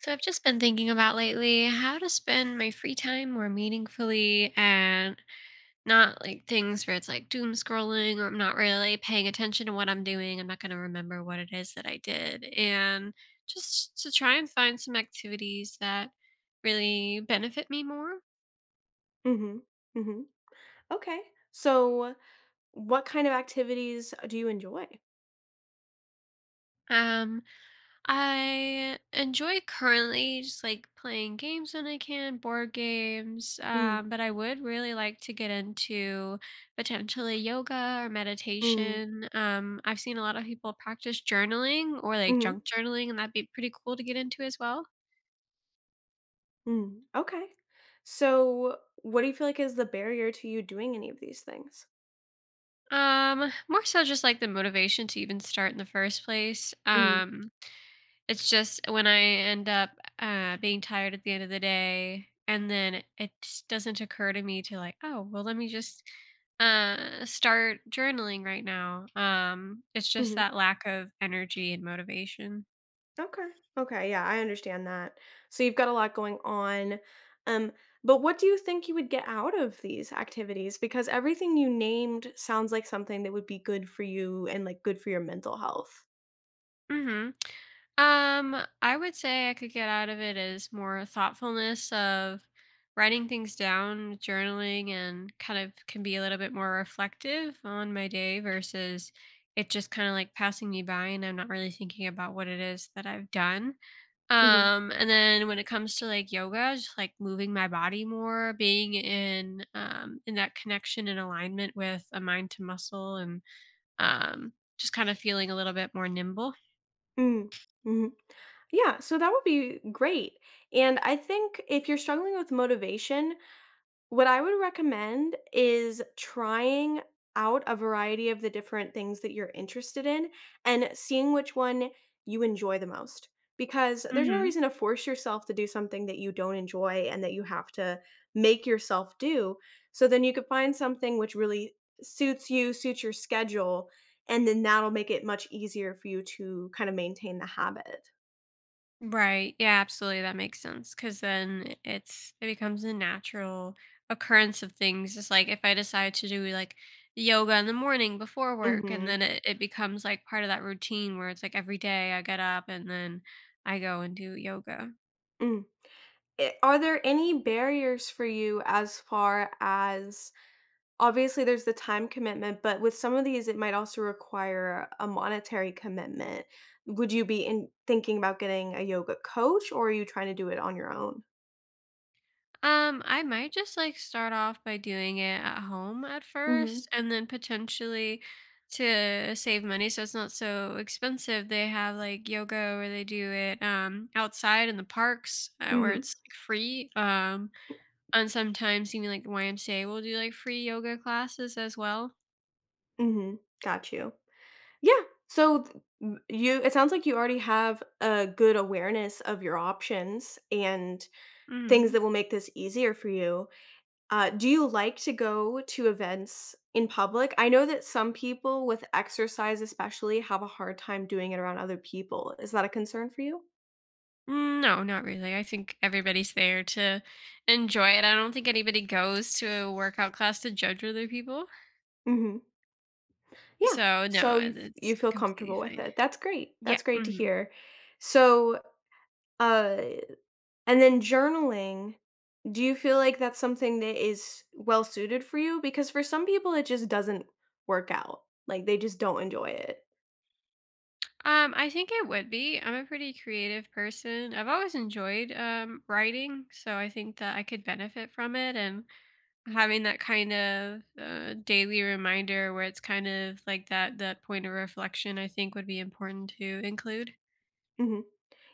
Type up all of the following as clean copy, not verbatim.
So I've just been thinking about lately how to spend my free time more meaningfully and not like things where it's like doom scrolling or I'm not really paying attention to what I'm doing. I'm not going to remember what it is that I did. And just to try and find some activities that really benefit me more. Mhm. Mhm. Okay. So, what kind of activities do you enjoy? Um, I enjoy currently just like playing games when I can, board games. Mm. But I would really like to get into potentially yoga or Mm. meditation. I've seen a lot of people practice journaling or like Mhm. junk journaling, and that'd be pretty cool to get into as well. Mm. Okay. So, what do you feel like is the barrier to you doing any of these things? More so just like the motivation to even start in the first place. Mm. It's just when I end up, being tired at the end of the day, and then it just doesn't occur to me to like, "Oh, well, let me just, start journaling right now." It's just Mhm. that lack of energy and motivation. Okay. Okay, yeah, I understand that. So, you've got a lot going on. Um, but what do you think you would get out of these activities? Because everything you named sounds like something that would be good for you and, like, good for your mental health. Mhm. Um, I would say I could get out of it is more thoughtfulness of writing things down, journaling, and kind of can be a little bit more reflective on my day versus it just kind of like passing me by and I'm not really thinking about what it is that I've done. Mhm. And then when it comes to like yoga, just like moving my body more, being in that connection and alignment with a mind to muscle and um just kind of feeling a little bit more nimble. Mm. Mhm. Yeah, so that would be great. And I think if you're struggling with motivation, what I would recommend is trying out a variety of the different things that you're interested in and seeing which one you enjoy the most. Because there's no Hmm. reason to force yourself to do something that you don't enjoy and that you have to make yourself do. So then you could find something which really suits you, suits your schedule, and then that'll make it much easier for you to kind of maintain the habit. Right. Yeah, absolutely. That makes sense. Cause then it becomes a natural occurrence of things. It's like if I decide to do like yoga in the morning before work and then Mhm. it, it becomes like part of that routine where it's like every day I get up and then I go and do yoga. Mm. Are there any barriers for you, as far as obviously there's the time commitment, but with some of these, it might also require a monetary commitment. Would you be in thinking about getting a yoga coach or are you trying to do it on your own? I might just like start off by doing it at home at Hmm. first and then potentially to save money so it's not so expensive. They have like yoga where they do it outside in the parks where Hmm. it's like, free. And sometimes even like YMCA will do like free yoga classes as well. Hmm. Got you. Yeah. So th- m- you it sounds like you already have a good awareness of your options and things Mm. that will make this easier for you. Do you like to go to events in public? I know that some people with exercise especially have a hard time doing it around other people. Is that a concern for you? Mm, no, not really. I think everybody's there to enjoy it. I don't think anybody goes to a workout class to judge other people. Mhm. Yeah. So no, So you f you it's feel completely comfortable with fine. it. That's great. Yeah. That's great to Mhm. hear. So, uh And then journaling, do you feel like that's something that is well suited for you? Because for some people, it just doesn't work out. Like they just don't enjoy it. I think it would be. I'm a pretty creative person. I've always enjoyed writing, so I think that I could benefit from it and having that kind of daily reminder where it's kind of like that point of reflection. I think would be important to include. Mhm.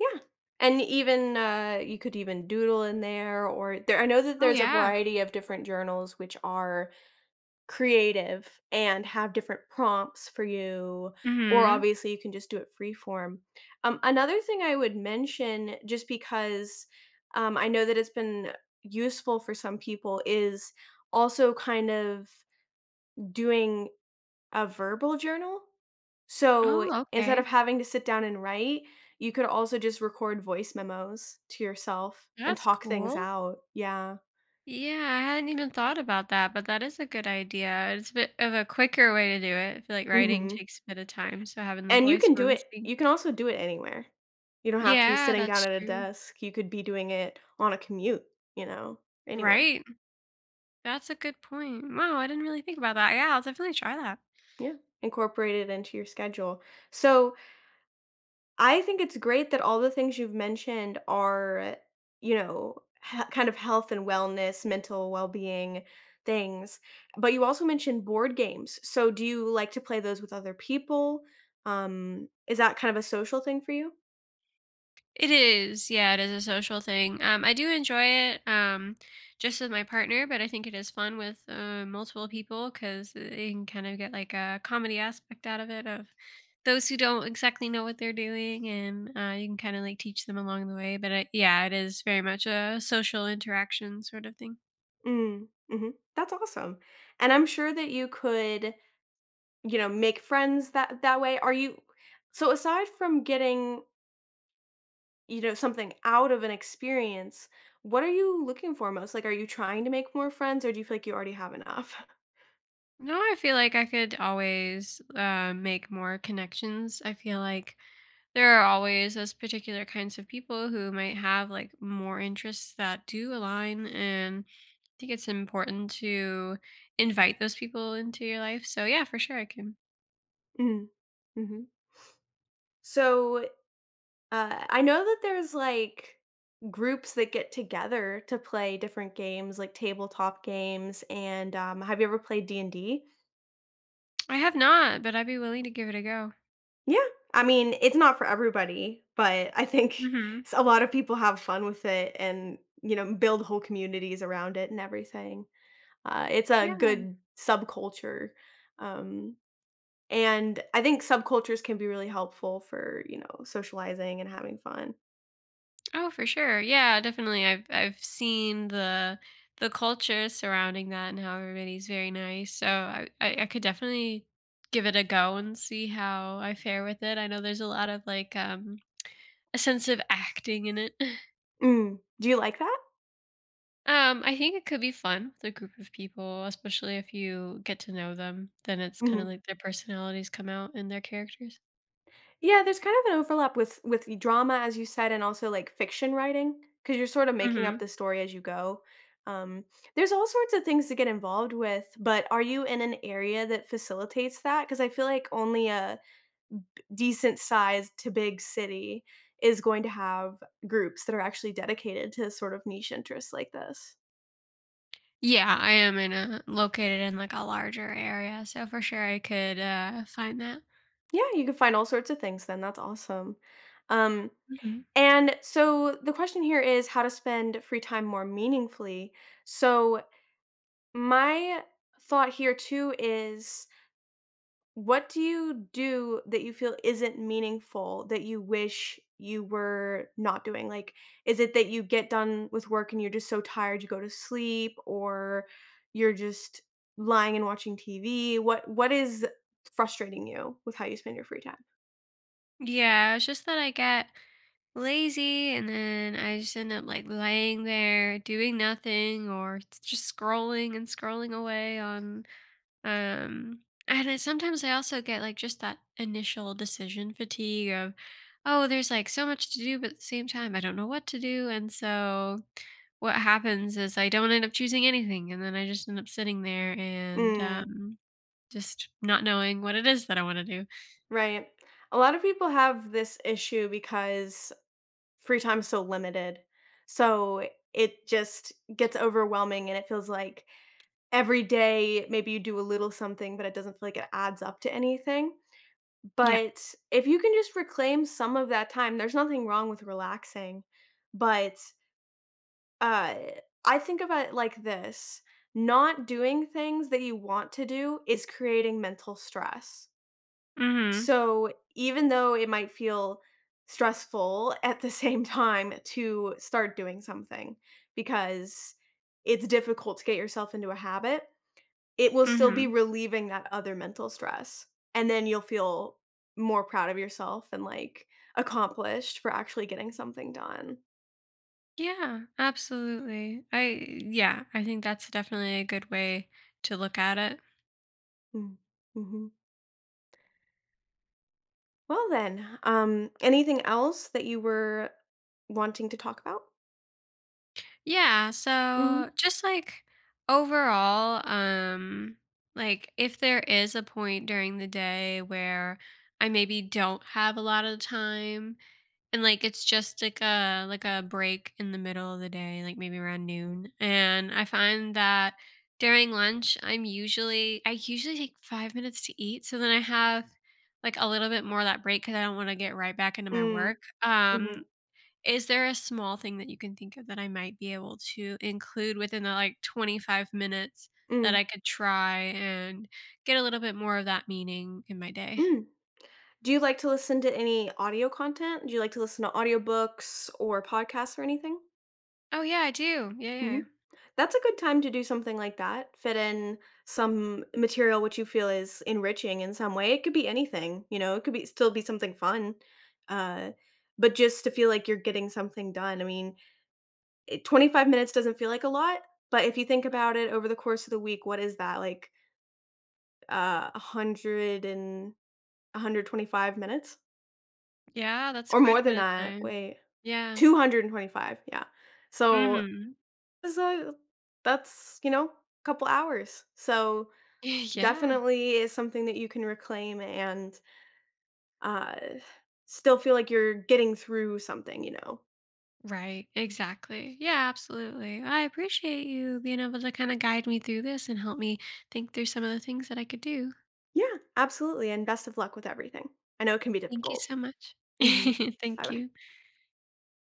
Yeah, and even, you could even doodle in there, or there I know that Oh, there's a yeah. variety of different journals which are creative and have different prompts for you, or Hmm. obviously you can just do it free form. Another thing I would mention just because, I know that it's been useful for some people is also kind of doing a verbal journal. So, Oh, instead okay. of having to sit down and write, you could also just record voice memos to yourself and That's talk things cool. out. Yeah. Yeah, I hadn't even thought about that, but that is a good idea. It's a bit of a quicker way to do it. I feel like writing Mhm. takes a bit of time, so having the And voice ones. You can also do it anywhere. You don't have to be Yeah, sitting down that's at a true. desk. You could be doing it on a commute, you know, anywhere. Right. That's a good point. Wow, I didn't really think about that. Yeah, I'll definitely try that. Yeah. Incorporate it into your schedule. So I think it's great that all the things you've mentioned are, you know, kind of health and wellness, mental well being things. But you also mentioned board games. So do you like to play those with other people? Is that kind of a social thing for you? It is. Yeah, it is a social thing. I do enjoy it just with my partner, but I think it is fun with multiple people because you can kind of get like a comedy aspect out of it of those who don't exactly know what they're doing and you can kind of like teach them along the way. Yeah, it is very much a social interaction sort of thing. Mm, hmm. That's awesome. And I'm sure that you could, make friends that way. Are you so aside from getting something out of an experience, what are you looking for most? Like, are you trying to make more friends or do you feel like you already have enough? No, I feel like I could always make more connections. I feel like there are always those particular kinds of people who might have like more interests that do align. And I think it's important to invite those people into your life. So, yeah, for sure, I can. Mhm, mhm. So, I know that there's, like, groups that get together to play different games, like tabletop games, and, have you ever played D&D? I have not, but I'd be willing to give it a go. Yeah. I mean, it's not for everybody, but I think Hmm. s a lot of people have fun with it and, build whole communities around it and everything. It's a Yeah. good subculture. Um, and I think subcultures can be really helpful for, socializing and having fun. Oh, for sure. Yeah, definitely. I've seen the culture surrounding that and how everybody's very nice. So I could definitely give it a go and see how I fare with it. I know there's a lot of like a sense of acting in it. Mm. Do you like that? I think it could be fun with a group of people, especially if you get to know them. Then it's kind of Mhm. like their personalities come out in their characters. Yeah, there's kind of an overlap with the drama, as you said, and also like fiction writing, because you're sort of making up Hmm. the story as you go. Um, there's all sorts of things to get involved with, but are you in an area that facilitates that? Because I feel like only a decent sized to big city is going to have groups that are actually dedicated to sort of niche interests like this. Yeah, I am in a located in like a larger area, so for sure I could find that. Yeah, you can find all sorts of things then. That's awesome. Um, and so the question here is how to spend free time more meaningfully. So my thought here too is what do you do that you feel isn't meaningful that you wish you were not doing? Like, is it that you get done with work and you're just so tired you go to sleep, or you're just lying and watching TV? What is frustrating you with how you spend your free time? Yeah, it's just that I get lazy and then I just end up like laying there doing nothing or just scrolling and scrolling away on and sometimes I also get like just that initial decision fatigue of oh there's like so much to do but at the same time I don't know what to do and so what happens is I don't end up choosing anything and then I just end up sitting there and Mm, just not knowing what it is that I want to do. right. A lot of people have this issue because free time's so limited. So it just gets overwhelming and it feels like every day maybe you do a little something, but it doesn't feel like it adds up to anything. Yeah. But if you can just reclaim some of that time, there's nothing wrong with relaxing. But uh, I think about it like this: not doing things that you want to do is creating mental stress. Mhm. So, even though it might feel stressful at the same time to start doing something, because it's difficult to get yourself into a habit, it will still be Mhm. relieving that other mental stress. And then you'll feel more proud of yourself and like accomplished for actually getting something done. Yeah, absolutely. I yeah, I think that's definitely a good way to look at it. Mm, mhm. Well, then, anything else that you were wanting to talk about? Yeah, Mhm. so just like overall, like if there is a point during the day where I maybe don't have a lot of time. And like it's just like a break in the middle of the day, like maybe around noon. And I find that during lunch, I usually take 5 minutes to eat, so then I have like a little bit more of that break because I don't want to get right back into my Mm, work. mhm, Is there a small thing that you can think of that I might be able to include within the like 25 minutes that mm, I could try and get a little bit more of that meaning in my day? mm. Do you like to listen to any audio content? Do you like to listen to audiobooks or podcasts or anything? Oh yeah, I do. Yeah, yeah. Mhm. That's a good time to do something like that. Fit in some material which you feel is enriching in some way. It could be anything, it could be still be something fun. Uh, but just to feel like you're getting something done. I mean, 25 minutes doesn't feel like a lot, but if you think about it over the course of the week, what is that? Like 100 and 125 minutes Yeah, that's or quite more a bit than of that. time. Wait. Yeah. 225, yeah. So, Mhm. it's, that's, a couple hours. So, Yeah. definitely is something that you can reclaim and, uh, still feel like you're getting through something, you know? Right. Exactly. Yeah, absolutely. I appreciate you being able to kind of guide me through this and help me think through some of the things that I could do. Yeah, absolutely, and best of luck with everything. I know it can be Thank you difficult. so much. Mhm. Thank Bye-bye. you.